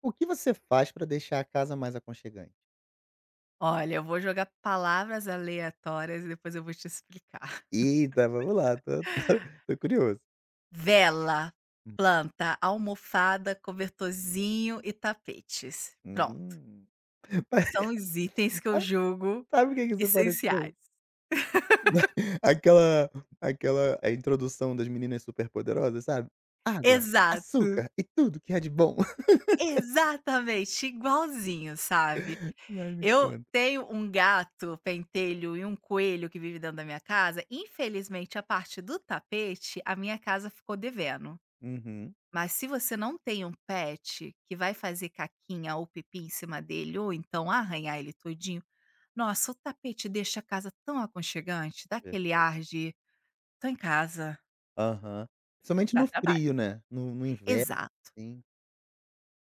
O que você faz para deixar a casa mais aconchegante? Olha, eu vou jogar palavras aleatórias e depois eu vou te explicar. Eita, vamos lá, tô curioso. Vela, planta, almofada, cobertorzinho e tapetes. Pronto. Hum. São os itens que eu julgo Sabe o que que isso essenciais. pareceu? Aquela aquela a introdução das Meninas Superpoderosas, sabe? Água, Exato. açúcar e tudo que é de bom. Exatamente, igualzinho, sabe. Ai, me Eu conta. tenho um gato pentelho e um coelho que vive dentro da minha casa. Infelizmente, a parte do tapete, a minha casa ficou devendo. Uhum. Mas se você não tem um pet que vai fazer caquinha ou pipi em cima dele, ou então arranhar ele todinho, nossa, o tapete deixa a casa tão aconchegante, dá Ver, aquele ar de tô em casa. aham. Principalmente Dá no trabalho. frio, né, no inverno, Exato, assim,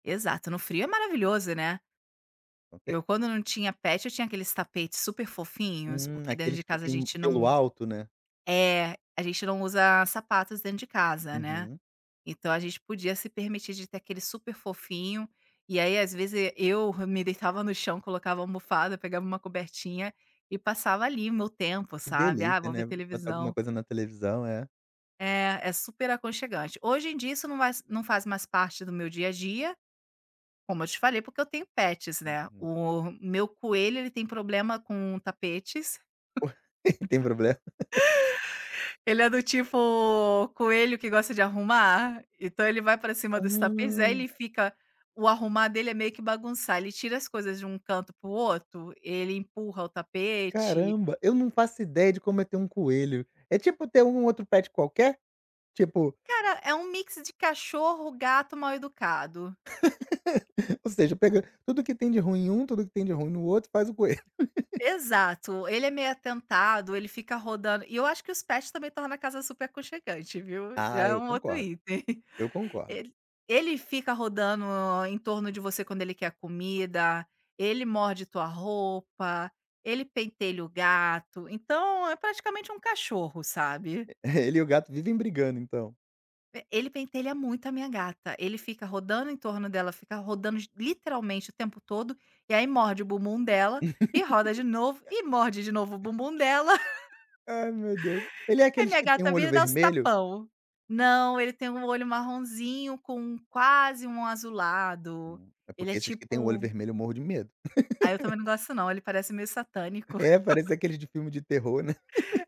exato. No frio é maravilhoso, né? aconte Eu, quando não tinha pet, eu tinha aqueles tapetes super fofinhos, porque dentro aqueles de que casa a têm gente pelo não alto, né. é, a gente não usa sapatos dentro de casa, né? Uhum. Então a gente podia se permitir de ter aquele super fofinho, e aí às vezes eu me deitava no chão, colocava a almofada, pegava uma cobertinha e passava ali o meu tempo, Que sabe? Ah, delícia, vou ver né, botar alguma televisão. coisa na televisão, é. É super aconchegante. Hoje em dia isso não faz mais parte do meu dia a dia, como eu te falei, porque eu tenho pets, né? Uhum. O meu coelho, ele tem problema com tapetes. Tem problema? Ele é do tipo coelho que gosta de arrumar, então ele vai pra cima Hã. dos tapetes, aí ele fica. O arrumar dele é meio que bagunçar, ele tira as coisas de um canto para o outro, ele empurra o tapete. Caramba, eu não faço ideia de como é ter um coelho. É tipo ter um outro pet qualquer? Tipo, Cara, é um mix de cachorro, gato mal-educado. ou seja, pega tudo que tem de ruim em um, tudo que tem de ruim no outro, faz o coelho. Exato, ele é meio atentado, ele fica rodando e eu acho que os pets também tornam a casa super aconchegante, viu, Ah, já é eu um outro concordo, item. eu concordo. Ele ele fica rodando em torno de você quando ele quer comida, ele morde tua roupa, ele pentelha o gato, então é praticamente um cachorro, sabe. Ele e o gato vivem brigando, então. E ele pentelha muito a minha gata, ele fica rodando em torno dela, fica rodando j literalmente o tempo todo, e aí morde o bumbum dela, e roda de novo, e morde de novo o bumbum dela, Ai, meu Deus. Ele é aí aqueles minha que tem um gata vira olho e dá os vermelho? tapão. Não, ele tem um olho marronzinho com quase um azulado, É ele é porque esses que têm o olho tipo. vermelho eu morro de medo. Ah, eu também não gosto não, ele parece meio satânico. É, parece aqueles de filme de terror, né.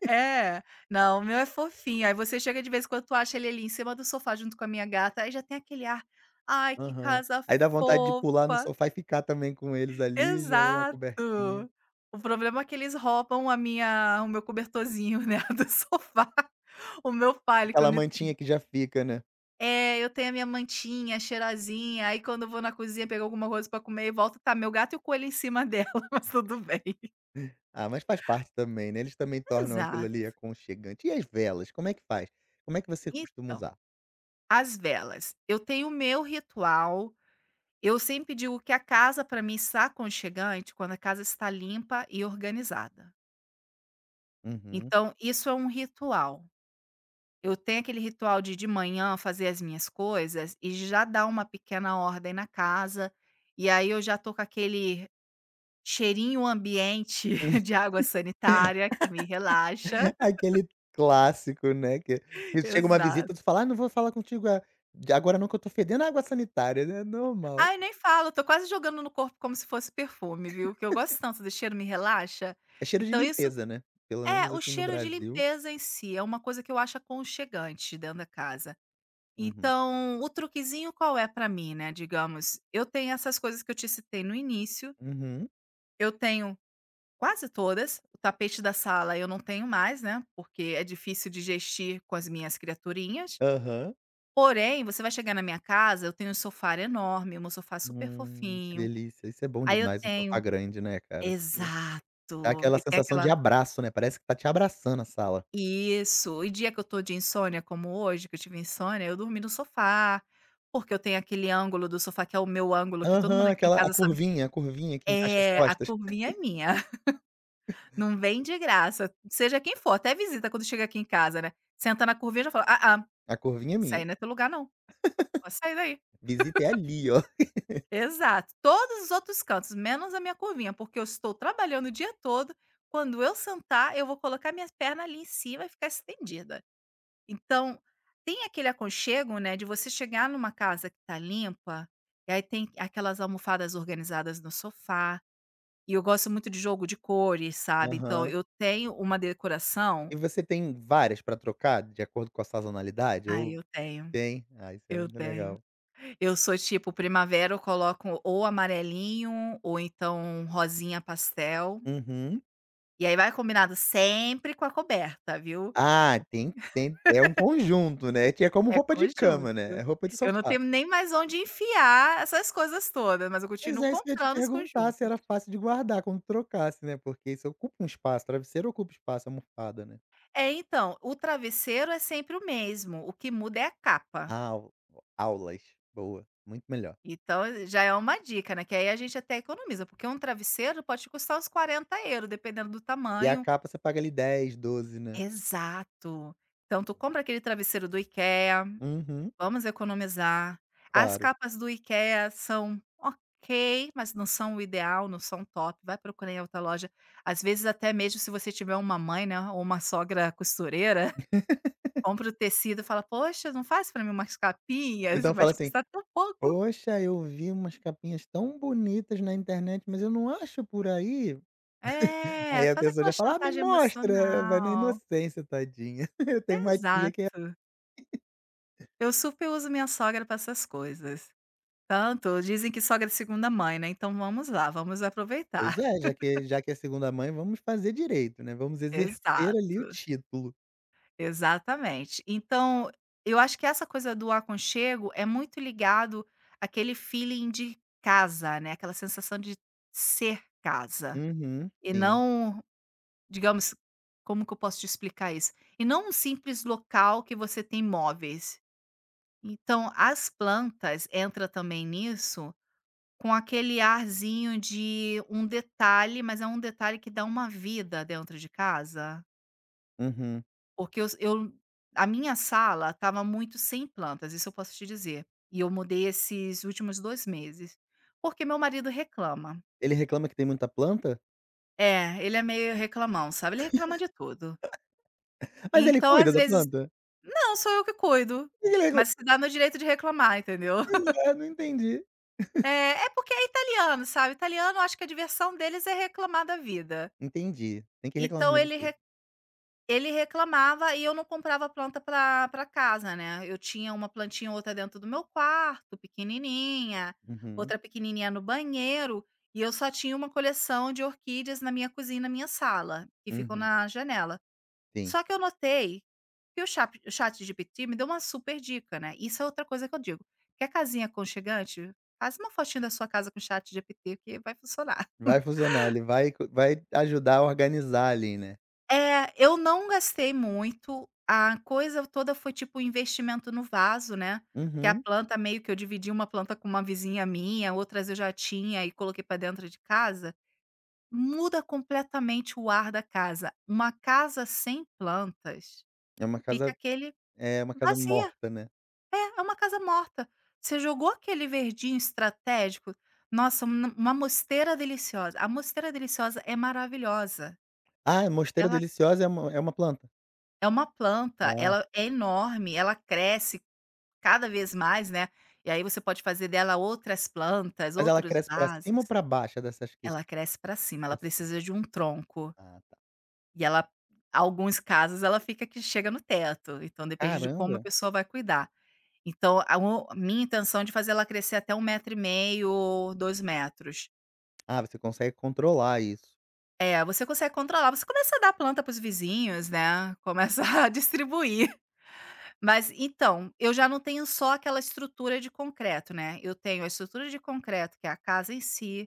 É, não, o meu é fofinho, aí você chega de vez em quando tu acha ele ali em cima do sofá junto com a minha gata, aí já tem aquele ar: "Ai, que Aham. casa Aí dá vontade de pular no fofa". sofá e ficar também com eles ali, já é uma Exato. cobertinha. O problema é que eles roubam a minha o meu cobertorzinho, né, do sofá, o meu palho que eu Aquela ni mantinha que já fica, né. é, eu tenho a minha mantinha, cheirosinha, aí quando eu vou na cozinha pegar alguma coisa pra comer e volto, tá meu gato e o coelho em cima dela, mas tudo bem. Ah, mas faz parte também, né, eles também tornam aquilo Exato, ali aconchegante. E as velas, como é que faz? Como é que você costuma então. usar? As velas. Eu tenho o meu ritual. Eu sempre digo que a casa para mim está aconchegante quando a casa está limpa e organizada. Uhum. Então isso é um ritual. Eu tenho aquele ritual de manhã fazer as minhas coisas e já dar uma pequena ordem na casa, e aí eu já tô com aquele cheirinho ambiente de água sanitária que me relaxa. Aquele clássico, né, que que chega uma Exato. visita, tu fala: "Ah, não vou falar contigo a de agora não que eu tô fedendo água sanitária", né, normal. Ai, nem falo, tô quase jogando no corpo como se fosse perfume, viu, que eu gosto tanto do cheiro, me relaxa. É cheiro de Então isso. limpeza, né, pelo É, menos o assim no cheiro de Brasil. limpeza em si é uma coisa que eu acho aconchegante dentro da casa. Uhum. Então, o truquezinho qual é pra mim, né, digamos, eu tenho essas coisas que eu te citei no início, Uhum. eu tenho quase todas, o tapete da sala eu não tenho mais, né, porque é difícil de gestir com as minhas criaturinhas. Aham. Porém, você vai chegar na minha casa, eu tenho um sofá enorme, um sofá é super Que fofinho, delícia. Isso é bom aí eu demais, um sofá tenho. grande, né, cara. Pô, dá Exato, aquela e tem sensação de aquela. abraço, né, parece que tá te abraçando a sala. Isso. E dia que eu tô de insônia, como hoje, que eu tive insônia, eu dormi no sofá, porque eu tenho aquele ângulo do sofá que é o meu ângulo, que todo mundo Aham, aqui em aquela casa sabe. A curvinha que encaixa as É, a costas, curvinha é minha, não vem de graça, seja quem for, até visita quando chega aqui em casa, né, senta na curvinha, e já fala: "Ah, ah, a curvinha é isso minha. aí não é teu lugar não, pode sair daí". Visita é ali, ó. Exato. Todos os outros cantos, menos a minha curvinha, porque eu estou trabalhando o dia todo, quando eu sentar, eu vou colocar minha perna ali em cima e ficar estendida. Então, tem aquele aconchego, né, de você chegar numa casa que tá limpa, e aí tem aquelas almofadas organizadas no sofá, e eu gosto muito de jogo de cores, sabe, então Aham. eu tenho uma decoração. E você tem várias pra trocar de acordo com a sazonalidade Ah, ou eu tenho, tem? Ah, isso é eu muito tenho. legal. Eu sou tipo primavera, eu coloco ou amarelinho ou então rosinha pastel, Uhum. e aí vai combinado sempre com a coberta, viu. Ah, tem é um conjunto, né, que é como É roupa de conjunto. cama, né, é roupa de Eu não sofá. tenho nem mais onde enfiar essas coisas todas, mas eu Pois continuo é, isso que eu ia te comprando os perguntar se conjuntos. era fácil de guardar quando trocasse, né, porque isso ocupa um espaço, travesseiro ocupa espaço, almofada, né. É, então, o travesseiro é sempre o mesmo, o que muda é a capa. Au aulas, boa, muito melhor. Então, já é uma dica, né, que aí a gente até economiza, porque um travesseiro pode te custar uns €40, dependendo do E a tamanho. capa você paga ali 10 12 né. Exato. Então tu compra aquele travesseiro do IKEA. Uhum. Vamos economizar. As Claro. capas do IKEA são ok, mas não são o ideal, não são top. Vai procurar em outra loja. Às vezes, até mesmo se você tiver uma mãe, né, ou uma sogra costureira, compra o tecido e fala: "Poxa, não faz para mim umas Ou capinhas? então Vai fala te assim: custar tão pouco". "Poxa, eu vi umas capinhas tão bonitas na internet, mas eu não acho por aí". É, Aí a faz pessoa aquela já fala: "Ah, me chantagem mostra". Vai na emocional. inocência, tadinha. Eu tenho uma tia que é Exato. Eu super uso minha sogra para essas coisas. Tanto dizem que sogra é segunda mãe, né, então vamos lá, vamos aproveitar. pois é, já que é segunda mãe, vamos fazer direito, né, vamos exercer Exato. ali o título. Exatamente. Então, eu acho que essa coisa do aconchego é muito ligado àquele feeling de casa, né, aquela sensação de ser casa, Uhum, e sim. não, digamos, como que eu posso te explicar isso? E não um simples local que você tem móveis. Então, as plantas entra também nisso, com aquele arzinho de um detalhe, mas é um detalhe que dá uma vida dentro de casa. Uhum. Porque eu a minha sala estava muito sem plantas, isso eu posso te dizer. E eu mudei esses últimos 2 meses, porque meu marido reclama. Ele reclama que tem muita planta? É, ele é meio reclamão, sabe, ele reclama de tudo. Mas ele Então, cuida às da vezes planta? não, sou eu que cuido, Por que ele reclama? mas se dá no direito de reclamar, entendeu. Pois é, não entendi. É porque é italiano, sabe, italiano acho que a diversão deles é reclamar da vida. Entendi, tem que Então reclamar de ele tudo. Ele reclamava e eu não comprava planta para casa, né. Eu tinha uma plantinha ou outra dentro do meu quarto, pequenininha, Uhum, outra pequenininha no banheiro, e eu só tinha uma coleção de orquídeas na minha cozinha e na minha sala, que ficam uhum, na janela. sim. Só que eu notei que o ChatGPT me deu uma super dica, né. Isso é outra coisa que eu digo: quer casinha aconchegante? Faz uma fotinha da sua casa com o ChatGPT que vai funcionar. Vai funcionar, ele vai co vai ajudar a organizar ali, né. É, eu não gastei muito, a coisa toda foi tipo um investimento no vaso, né, que a Uhum. planta meio que eu dividi uma planta com uma vizinha minha, outras eu já tinha e coloquei para dentro de casa, muda completamente o ar da casa. Uma casa sem plantas É uma fica casa aquele é uma casa vazia. morta, né. É uma casa morta. Você jogou aquele verdinho estratégico, nossa, uma mosteira deliciosa. A mosteira deliciosa é maravilhosa. Ah, mosteira Ela. deliciosa é uma planta? É uma planta, Ah. ela é enorme, ela cresce cada vez mais, né, e aí você pode fazer dela outras plantas, Mas ela outros cresce pra vasos. cima ou pra baixo? É dessas que Ela cresce para cima, ela pra cima. precisa de um tronco, Ah, tá. e ela, alguns casos ela fica que chega no teto, então depende de como a Caramba! pessoa vai cuidar. Então a minha intenção é de fazer ela crescer até um 1,5 m ou 2 metros. Ah, você consegue controlar isso. É, você consegue controlar, você começa a dar planta para os vizinhos, né, começa a distribuir. Mas então, eu já não tenho só aquela estrutura de concreto, né, eu tenho a estrutura de concreto, que é a casa em si,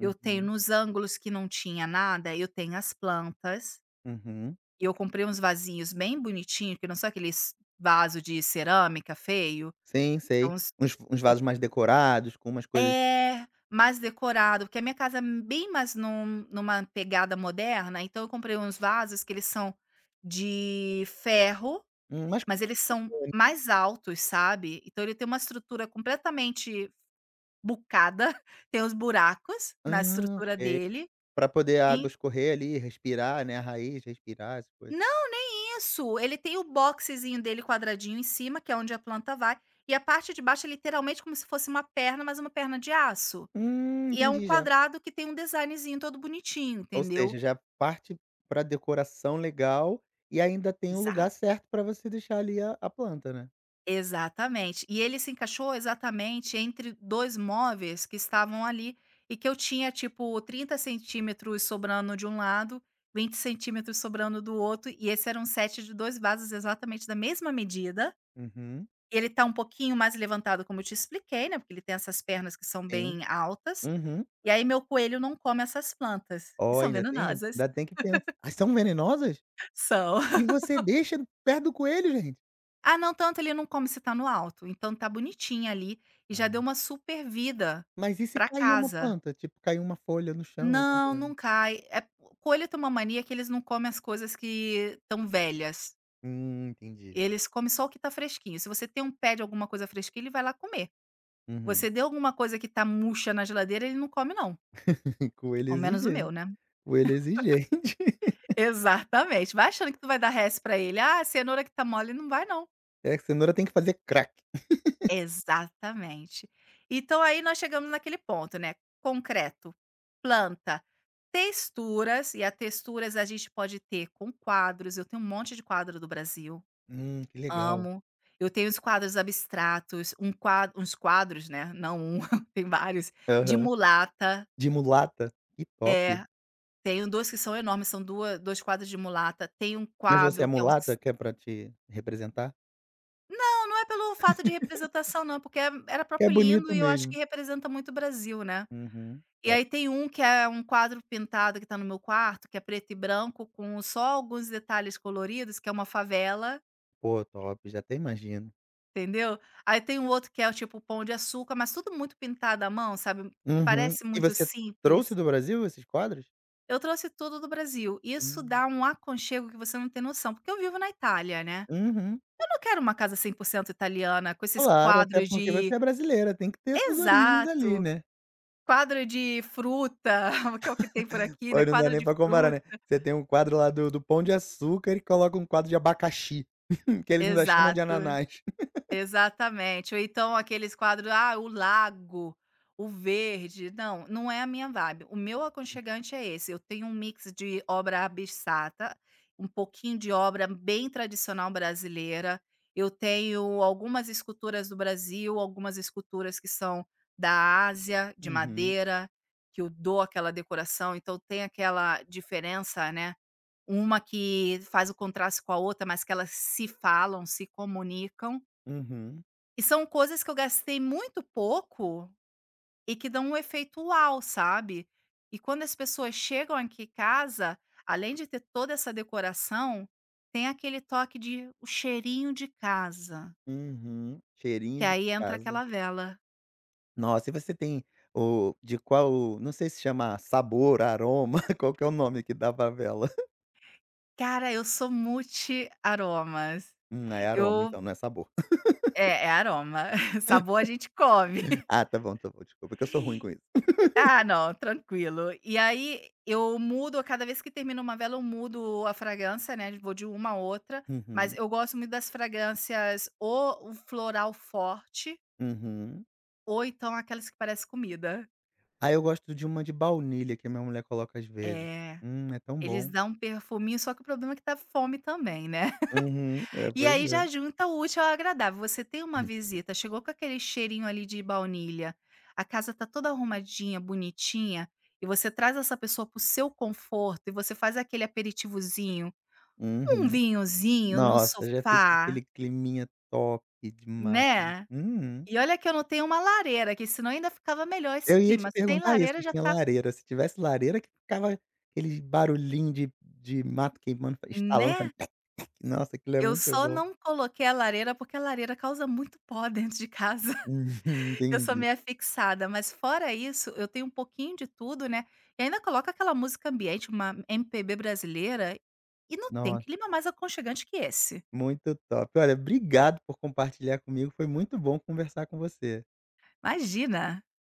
eu tenho nos ângulos que não tinha nada, eu tenho as plantas, uhum. e eu comprei uns vasinhos bem bonitinhos que não são aqueles vaso de cerâmica feio, Sim, sei. são uns Uns eu vasos mais decorados, com umas coisas mais decorado, porque a minha casa é bem mais numa pegada moderna, então eu comprei uns vasos que eles são de ferro mais mas eles são cores. mais altos, sabe. Então ele tem uma estrutura completamente bucada, tem os buracos na Ah, estrutura ok. dele. Pra poder a água E escorrer ali, respirar, né, a raiz, respirar, essas coisas. não, isso, ele tem o boxezinho dele quadradinho em cima, que é onde a planta vai, e a parte de baixo é literalmente como se fosse uma perna, mas uma perna de aço. E é um Entendi já. quadrado que tem um designzinho todo bonitinho, Ou entendeu. seja, já parte para decoração legal e ainda tem o lugar certo para você deixar ali a planta, né. Exatamente. E ele se encaixou exatamente entre 2 móveis que estavam ali e que eu tinha, tipo, 30 centímetros sobrando de um lado, 20 centímetros sobrando do outro, e esse era um set de 2 vasos exatamente da mesma medida. Uhum, E ele tá um pouquinho mais levantado, como eu te expliquei, né, porque ele tem essas pernas que são sim. bem altas. Uhum. E aí meu coelho não come essas plantas, que Ó, são ainda tem isso? venenosas. Ainda tem que pensar ah, são venenosas? São. E você deixa perto do coelho, gente? Ah, não, tanto ele não come se tá no alto, então tá bonitinha ali e já deu Ah. uma super vida Mas e se pra cair uma casa. planta? Tipo, cair uma folha no chão, alguma Não, coisa? não cai. É, coelho tem uma mania que eles não comem as coisas que estão velhas, Entendi. eles comem só o que tá fresquinho. Se você tem um pé de alguma coisa fresquinha, ele vai lá comer. Uhum. Você deu alguma coisa que tá murcha na geladeira, ele não come não, Coelho é ao menos o meu, exigente, né. coelho é exigente. Exatamente, vai achando que tu vai dar resto pra ele: "Ah, cenoura que tá mole", não vai não. É, que cenoura tem que fazer crack. Exatamente. Então aí nós chegamos naquele ponto, né, concreto, planta, texturas, e a texturas a gente pode ter com quadros, eu tenho um monte de quadro do Brasil, Que legal. amo. Eu tenho os quadros abstratos, um qua uns quadros, né, não um, tem vários, de Aham. mulata, De mulata? Que top. é, tenho 2 que são enormes, são duas dois quadros de mulata, tem um Mas você é quadro que é um mulata, s que é pra te representar? não, não é pelo fato de representação não, porque era Que é próprio lindo bonito e eu acho mesmo. que representa muito o Brasil, né. Uhum. E Top. aí tem um que é um quadro pintado que está no meu quarto, que é preto e branco, com só alguns detalhes coloridos, que é uma favela, Pô, top, já até imagino. entendeu. Aí tem um outro que é o tipo Pão de Açúcar, mas tudo muito pintado à mão, sabe, que Uhum. parece E muito você trouxe simples. do Brasil esses quadros? Eu trouxe tudo do Brasil, isso Hum. dá um aconchego que você não tem noção, porque eu vivo na Itália, né. Uhum. Eu não quero uma casa 100 por cento italiana com esses Claro, até quadros porque você de é brasileira, tem que ter suas origens ali, exato, né. quadro de fruta, que é o que tem por aqui, né, Olha, não dá quadro nem de pra comparar, fruta. né. Você tem um quadro lá do Pão de Açúcar e coloca um quadro de abacaxi, que eles ainda chamam de Exato. ananás. Exatamente, ou então aqueles quadros, ah, o lago, o verde, não, não é a minha vibe. O meu aconchegante é esse, eu tenho um mix de obra abissata, um pouquinho de obra bem tradicional brasileira, eu tenho algumas esculturas do Brasil, algumas esculturas que são da Ásia, de Uhum, madeira, que eu dou aquela decoração, então tem aquela diferença, né, uma que faz o contraste com a outra, mas que elas se falam, se comunicam. uhum, E são coisas que eu gastei muito pouco e que dão um efeito uau, sabe. E quando as pessoas chegam aqui em casa, além de ter toda essa decoração, tem aquele toque de o cheirinho de casa, uhum. que Cheirinho de aí entra casa. aquela vela. Nossa, e você tem o de qual não sei se chama sabor, aroma, qual que é o nome que dá pra vela? Cara, eu sou multi aromas. É aroma Eu então, não é sabor. é aroma, sabor a gente come. Ah, tá bom, desculpa que eu sou ruim com isso. Ah, não, tranquilo. E aí eu mudo, a cada vez que termino uma vela, eu mudo a fragrância, né? Vou de uma a outra, mas Uhum, eu gosto muito das fragrâncias ou o floral forte, uhum. ou então aquelas que parecem comida. Ah, eu gosto de uma de baunilha que minha mulher coloca às vezes. É, É tão eles bom. dão um perfuminho, só que o problema é que dá fome também, né? Uhum, é E aí já verdade. junta o útil ao agradável. Você tem uma visita, chegou com aquele cheirinho ali de baunilha, a casa tá toda arrumadinha, bonitinha, e você traz essa pessoa para o seu conforto e você faz aquele aperitivozinho, um Uhum. vinhozinho no Nossa, já fica sofá, aquele climinha top demais. né. Uhum. E olha que eu não tenho uma lareira, que senão ainda ficava melhor esse Eu ia te clima. Sem perguntar isso, lareira se já tinha tá lareira. Se tivesse lareira que ficava aquele barulhinho de mato queimando, fa- estalando, né. fazendo tec. Nossa, aquilo é Eu muito só bom. não coloquei a lareira, porque a lareira causa muito pó dentro de casa. Uhum, Eu sou entendi. meia fixada, mas fora isso, eu tenho um pouquinho de tudo, né, e ainda coloca aquela música ambiente, uma MPB brasileira, e não tem Nossa, clima mais aconchegante que esse. muito top. Olha, obrigado por compartilhar comigo, foi muito bom conversar com você. Imagina.